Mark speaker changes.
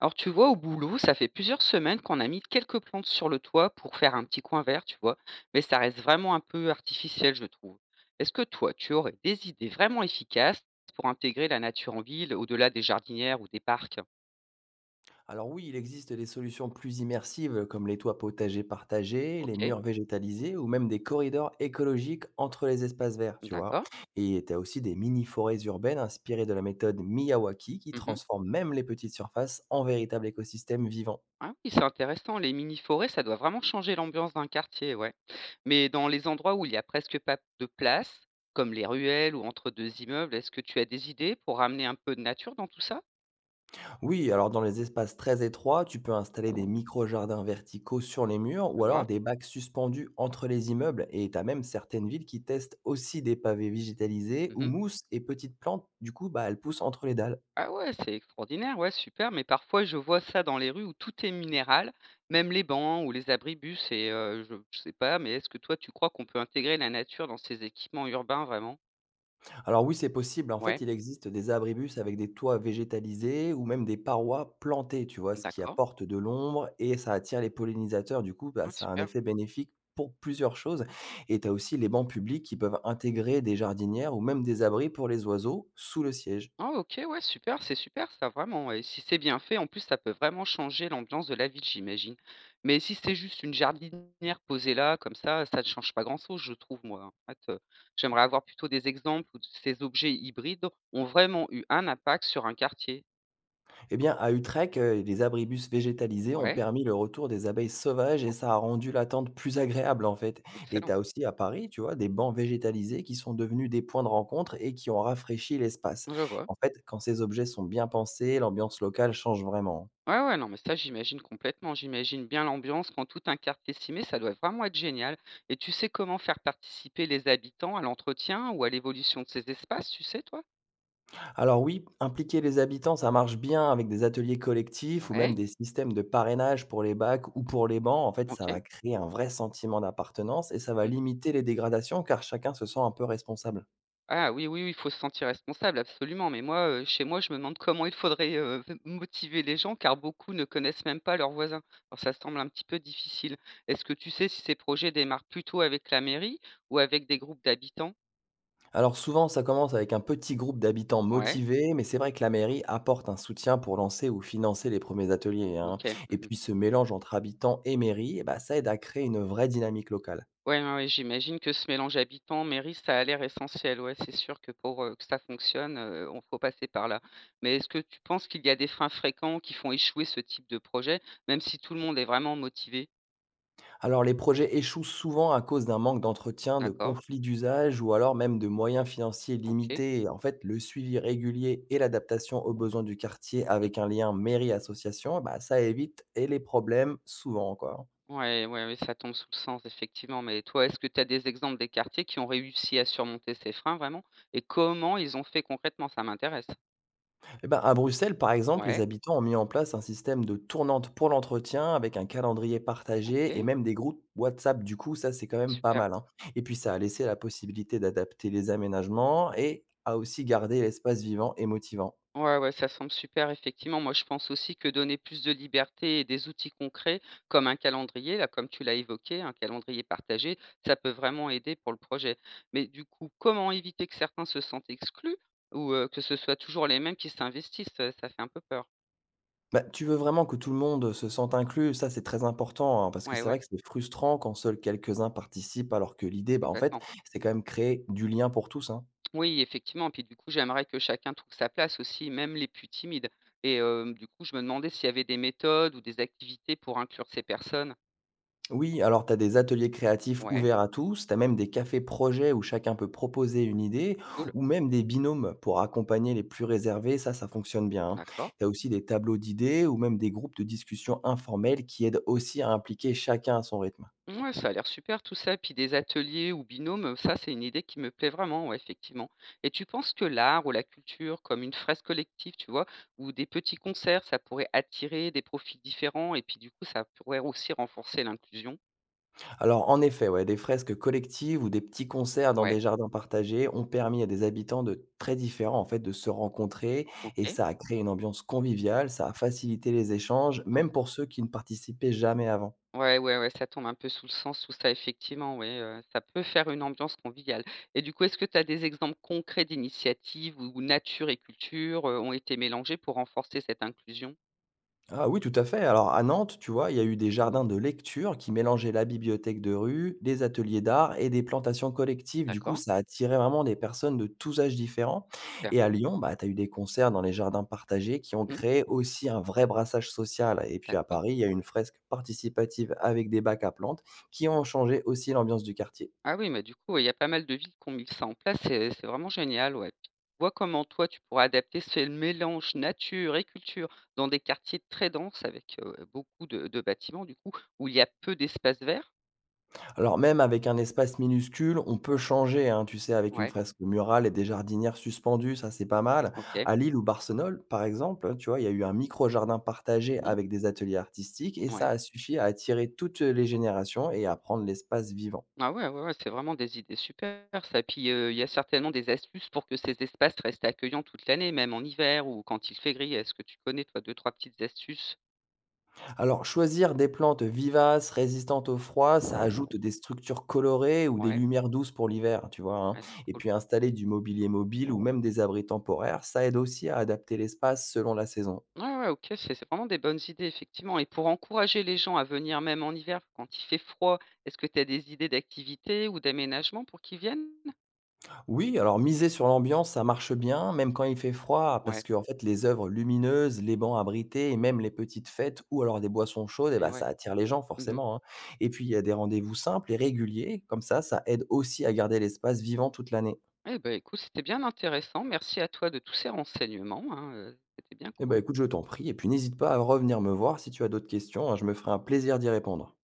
Speaker 1: Alors tu vois, au boulot, ça fait plusieurs semaines qu'on a mis quelques plantes sur le toit pour faire un petit coin vert, tu vois, mais ça reste vraiment un peu artificiel, je trouve. Est-ce que toi, tu aurais des idées vraiment efficaces pour intégrer la nature en ville au-delà des jardinières ou des parcs?
Speaker 2: Alors oui, il existe des solutions plus immersives comme les toits potagers partagés, les
Speaker 1: OK,
Speaker 2: murs végétalisés ou même des corridors écologiques entre les espaces verts, tu vois.
Speaker 1: d'accord.
Speaker 2: Et tu as aussi des mini-forêts urbaines inspirées de la méthode Miyawaki qui
Speaker 1: Mhm.
Speaker 2: transforment même les petites surfaces en véritables écosystèmes vivants.
Speaker 1: Ah oui, c'est intéressant, les mini-forêts, ça doit vraiment changer l'ambiance d'un quartier, ouais. Mais dans les endroits où il n'y a presque pas de place, comme les ruelles ou entre deux immeubles, est-ce que tu as des idées pour ramener un peu de nature dans tout ça?
Speaker 2: Oui, alors dans les espaces très étroits, tu peux installer des micro-jardins verticaux sur les murs
Speaker 1: Je
Speaker 2: ou
Speaker 1: vois.
Speaker 2: alors des bacs suspendus entre les immeubles, et tu as même certaines villes qui testent aussi des pavés végétalisés où mousse et petites plantes, du coup, bah, elles poussent entre les dalles.
Speaker 1: Ah ouais, c'est extraordinaire, ouais, super, mais parfois je vois ça dans les rues où tout est minéral, même les bancs ou les abribus et je sais pas, mais est-ce que toi tu crois qu'on peut intégrer la nature dans ces équipements urbains vraiment?
Speaker 2: Alors oui, c'est possible. En fait,
Speaker 1: Ouais,
Speaker 2: il existe des abribus avec des toits végétalisés ou même des parois plantées, tu vois, ce qui
Speaker 1: d'accord.
Speaker 2: apporte de l'ombre et ça attire les pollinisateurs. Du coup, bah,
Speaker 1: Ouais,
Speaker 2: ça a un
Speaker 1: super.
Speaker 2: effet bénéfique pour plusieurs choses. Et tu as aussi les bancs publics qui peuvent intégrer des jardinières ou même des abris pour les oiseaux sous le siège.
Speaker 1: Ah OK, ouais, super, c'est super ça, vraiment et si c'est bien fait, en plus, ça peut vraiment changer l'ambiance de la ville, j'imagine. Mais si c'est juste une jardinière posée là, comme ça ne change pas grand-chose, je trouve, moi, hein. En fait, j'aimerais avoir plutôt des exemples où ces objets hybrides ont vraiment eu un impact sur un quartier.
Speaker 2: Eh bien, à Utrecht, les abribus végétalisés ont
Speaker 1: Ouais.
Speaker 2: permis le retour des abeilles sauvages et
Speaker 1: Oh,
Speaker 2: ça a rendu l'attente plus agréable, en fait. Et tu
Speaker 1: excellent.
Speaker 2: as aussi à Paris, tu vois, des bancs végétalisés qui sont devenus des points de rencontre et qui ont rafraîchi l'espace.
Speaker 1: Je vois.
Speaker 2: En fait, quand ces objets sont bien pensés, l'ambiance locale change vraiment.
Speaker 1: Ouais, ouais, non, mais ça, j'imagine complètement. J'imagine bien l'ambiance quand tout un quartier s'y met, ça doit vraiment être génial. Et tu sais comment faire participer les habitants à l'entretien ou à l'évolution de ces espaces, tu sais, toi?
Speaker 2: Alors oui, impliquer les habitants, ça marche bien avec des ateliers collectifs ou même
Speaker 1: Ouais,
Speaker 2: des systèmes de parrainage pour les bacs ou pour les bancs. En fait, ça
Speaker 1: OK.
Speaker 2: va créer un vrai sentiment d'appartenance et ça va
Speaker 1: Mmh.
Speaker 2: limiter les dégradations car chacun se sent un peu responsable.
Speaker 1: Ah oui, oui, oui, il faut se sentir responsable, absolument. Mais moi, chez moi, je me demande comment il faudrait, motiver les gens car beaucoup ne connaissent même pas leurs voisins. Alors ça semble un petit peu difficile. Est-ce que tu sais si ces projets démarrent plutôt avec la mairie ou avec des groupes d'habitants?
Speaker 2: Alors souvent, ça commence avec un petit groupe d'habitants
Speaker 1: Ouais,
Speaker 2: motivés, mais c'est vrai que la mairie apporte un soutien pour lancer ou financer les premiers ateliers, hein.
Speaker 1: OK.
Speaker 2: Et
Speaker 1: Mmh.
Speaker 2: puis ce mélange entre habitants et mairie, eh ben, ça aide à créer une vraie dynamique locale.
Speaker 1: Ouais, ouais, ouais, j'imagine que ce mélange habitant mairie ça a l'air essentiel. Ouais, c'est sûr que pour, que ça fonctionne, on faut passer par là. Mais est-ce que tu penses qu'il y a des freins fréquents qui font échouer ce type de projet, même si tout le monde est vraiment motivé?
Speaker 2: Alors les projets échouent souvent à cause d'un manque d'entretien, de
Speaker 1: D'accord,
Speaker 2: conflits d'usage ou alors même de moyens financiers
Speaker 1: OK.
Speaker 2: limités. Et en fait, le suivi régulier et l'adaptation aux besoins du quartier
Speaker 1: Mmh.
Speaker 2: avec un lien mairie-association, eh bah, ça évite et les problèmes souvent encore.
Speaker 1: Ouais, ouais, ouais, ça tombe sous le sens effectivement. Mais toi, est-ce que tu as des exemples des quartiers qui ont réussi à surmonter ces freins vraiment? Et comment ils ont fait concrètement? Ça m'intéresse.
Speaker 2: Eh ben, à Bruxelles, par exemple, les
Speaker 1: Ouais,
Speaker 2: habitants ont mis en place un système de tournante pour l'entretien avec un calendrier partagé et
Speaker 1: OK,
Speaker 2: même des groupes WhatsApp. Du coup, ça, c'est quand même pas
Speaker 1: super.
Speaker 2: mal, hein. Et puis, ça a laissé la possibilité d'adapter les aménagements et a aussi gardé l'espace vivant et motivant.
Speaker 1: Ouais, ouais, ça semble super, effectivement. Moi, je pense aussi que donner plus de liberté et des outils concrets, comme un calendrier, là, comme tu l'as évoqué, un calendrier partagé, ça peut vraiment aider pour le projet. Mais du coup, comment éviter que certains se sentent exclus ou que ce soit toujours les mêmes qui s'investissent? Ça fait un peu peur.
Speaker 2: Bah, tu veux vraiment que tout le monde se sente inclus, ça c'est très important, hein, parce que
Speaker 1: Ouais,
Speaker 2: c'est
Speaker 1: ouais,
Speaker 2: vrai que c'est frustrant quand seuls quelques-uns participent, alors que l'idée, bah, en fait,
Speaker 1: complètement.
Speaker 2: c'est quand même créer du lien pour tous, hein.
Speaker 1: Oui, effectivement. Puis du coup, j'aimerais que chacun trouve sa place aussi, même les plus timides. Et du coup, je me demandais s'il y avait des méthodes ou des activités pour inclure ces personnes.
Speaker 2: Oui, alors tu as des ateliers créatifs
Speaker 1: Ouais,
Speaker 2: ouverts à tous, tu as même des cafés projets où chacun peut proposer une idée,
Speaker 1: cool,
Speaker 2: ou même des binômes pour accompagner les plus réservés, ça fonctionne bien, hein.
Speaker 1: d'accord.
Speaker 2: Tu as aussi des tableaux d'idées ou même des groupes de discussion informels qui aident aussi à impliquer chacun à son rythme.
Speaker 1: Ouais, ça a l'air super tout ça, puis des ateliers ou binômes, ça c'est une idée qui me plaît vraiment, ouais, effectivement. Et tu penses que l'art ou la culture, comme une fresque collective, tu vois, ou des petits concerts, ça pourrait attirer des profils différents et puis du coup ça pourrait aussi renforcer l'inclusion.
Speaker 2: Alors en effet, ouais, des fresques collectives ou des petits concerts dans
Speaker 1: Ouais,
Speaker 2: des jardins partagés ont permis à des habitants de très différents en fait de se rencontrer, et
Speaker 1: OK.
Speaker 2: ça a créé une ambiance conviviale, ça a facilité les échanges,
Speaker 1: Ouais.
Speaker 2: même pour ceux qui ne participaient jamais avant.
Speaker 1: Ouais, ouais, ouais, ça tombe un peu sous le sens, tout ça, effectivement, ouais, ça peut faire une ambiance conviviale. Et du coup, est-ce que tu as des exemples concrets d'initiatives où nature et culture ont été mélangées pour renforcer cette inclusion?
Speaker 2: Ah oui, tout à fait. Alors à Nantes, tu vois, il y a eu des
Speaker 1: Mhm,
Speaker 2: jardins de lecture qui mélangeaient la bibliothèque de rue, des ateliers d'art et des plantations collectives. Du coup,
Speaker 1: d'accord,
Speaker 2: ça attirait vraiment des personnes de tous âges différents.
Speaker 1: super.
Speaker 2: Et à Lyon, bah, tu as eu des concerts dans les jardins partagés qui ont créé aussi un vrai brassage social. Et puis à
Speaker 1: D'accord.
Speaker 2: Paris, il y a une fresque participative avec des bacs à plantes qui ont changé aussi l'ambiance du quartier.
Speaker 1: Ah oui, mais du coup, ouais, il y a pas mal de villes qui ont mis ça en place, c'est vraiment génial, ouais. Puis, vois comment toi, tu pourras adapter ce mélange nature et culture dans des quartiers très denses avec, beaucoup de bâtiments du coup, où il y a peu d'espace vert.
Speaker 2: Alors même avec un espace minuscule, on peut changer, hein, tu sais, avec une
Speaker 1: Ouais,
Speaker 2: fresque murale et des jardinières suspendues, ça c'est pas mal.
Speaker 1: OK.
Speaker 2: À Lille ou Barcelone, par exemple, tu vois, il y a eu un micro-jardin partagé
Speaker 1: Mmh,
Speaker 2: avec des ateliers artistiques et ça
Speaker 1: ouais.
Speaker 2: a suffi à attirer toutes les générations et à prendre l'espace vivant.
Speaker 1: Ah ouais, ouais, ouais, c'est vraiment des idées super ça. Puis, il y a certainement des astuces pour que ces espaces restent accueillants toute l'année, même en hiver ou quand il fait gris. Est-ce que tu connais toi 2-3 petites astuces?
Speaker 2: Alors choisir des plantes vivaces, résistantes au froid, ça ajoute des structures colorées ou des
Speaker 1: Ouais,
Speaker 2: lumières douces pour l'hiver, tu vois, hein.
Speaker 1: ah c'est
Speaker 2: Et
Speaker 1: cool.
Speaker 2: puis installer du mobilier mobile ou même des abris temporaires, ça aide aussi à adapter l'espace selon la saison.
Speaker 1: Ouais, ouais, OK, c'est vraiment des bonnes idées, effectivement et pour encourager les gens à venir même en hiver quand il fait froid, est-ce que tu as des idées d'activités ou d'aménagements pour qu'ils viennent?
Speaker 2: Oui, alors miser sur l'ambiance, ça marche bien, même quand il fait froid, parce
Speaker 1: Ouais,
Speaker 2: que en fait, les œuvres lumineuses, les bancs abrités et même les petites fêtes ou alors des boissons chaudes, eh
Speaker 1: et
Speaker 2: ben,
Speaker 1: ouais.
Speaker 2: ça attire les gens
Speaker 1: Mmh mh.
Speaker 2: forcément, hein. Et puis, il y a des rendez-vous simples et réguliers, comme ça aide aussi à garder l'espace vivant toute l'année.
Speaker 1: Eh beh, écoute, c'était bien intéressant. Merci à toi de tous ces renseignements, hein, c'était bien
Speaker 2: Eh ben,
Speaker 1: cool.
Speaker 2: écoute, je t'en prie, et puis n'hésite pas à revenir me voir si tu as d'autres questions, hein, je me ferai un plaisir d'y répondre.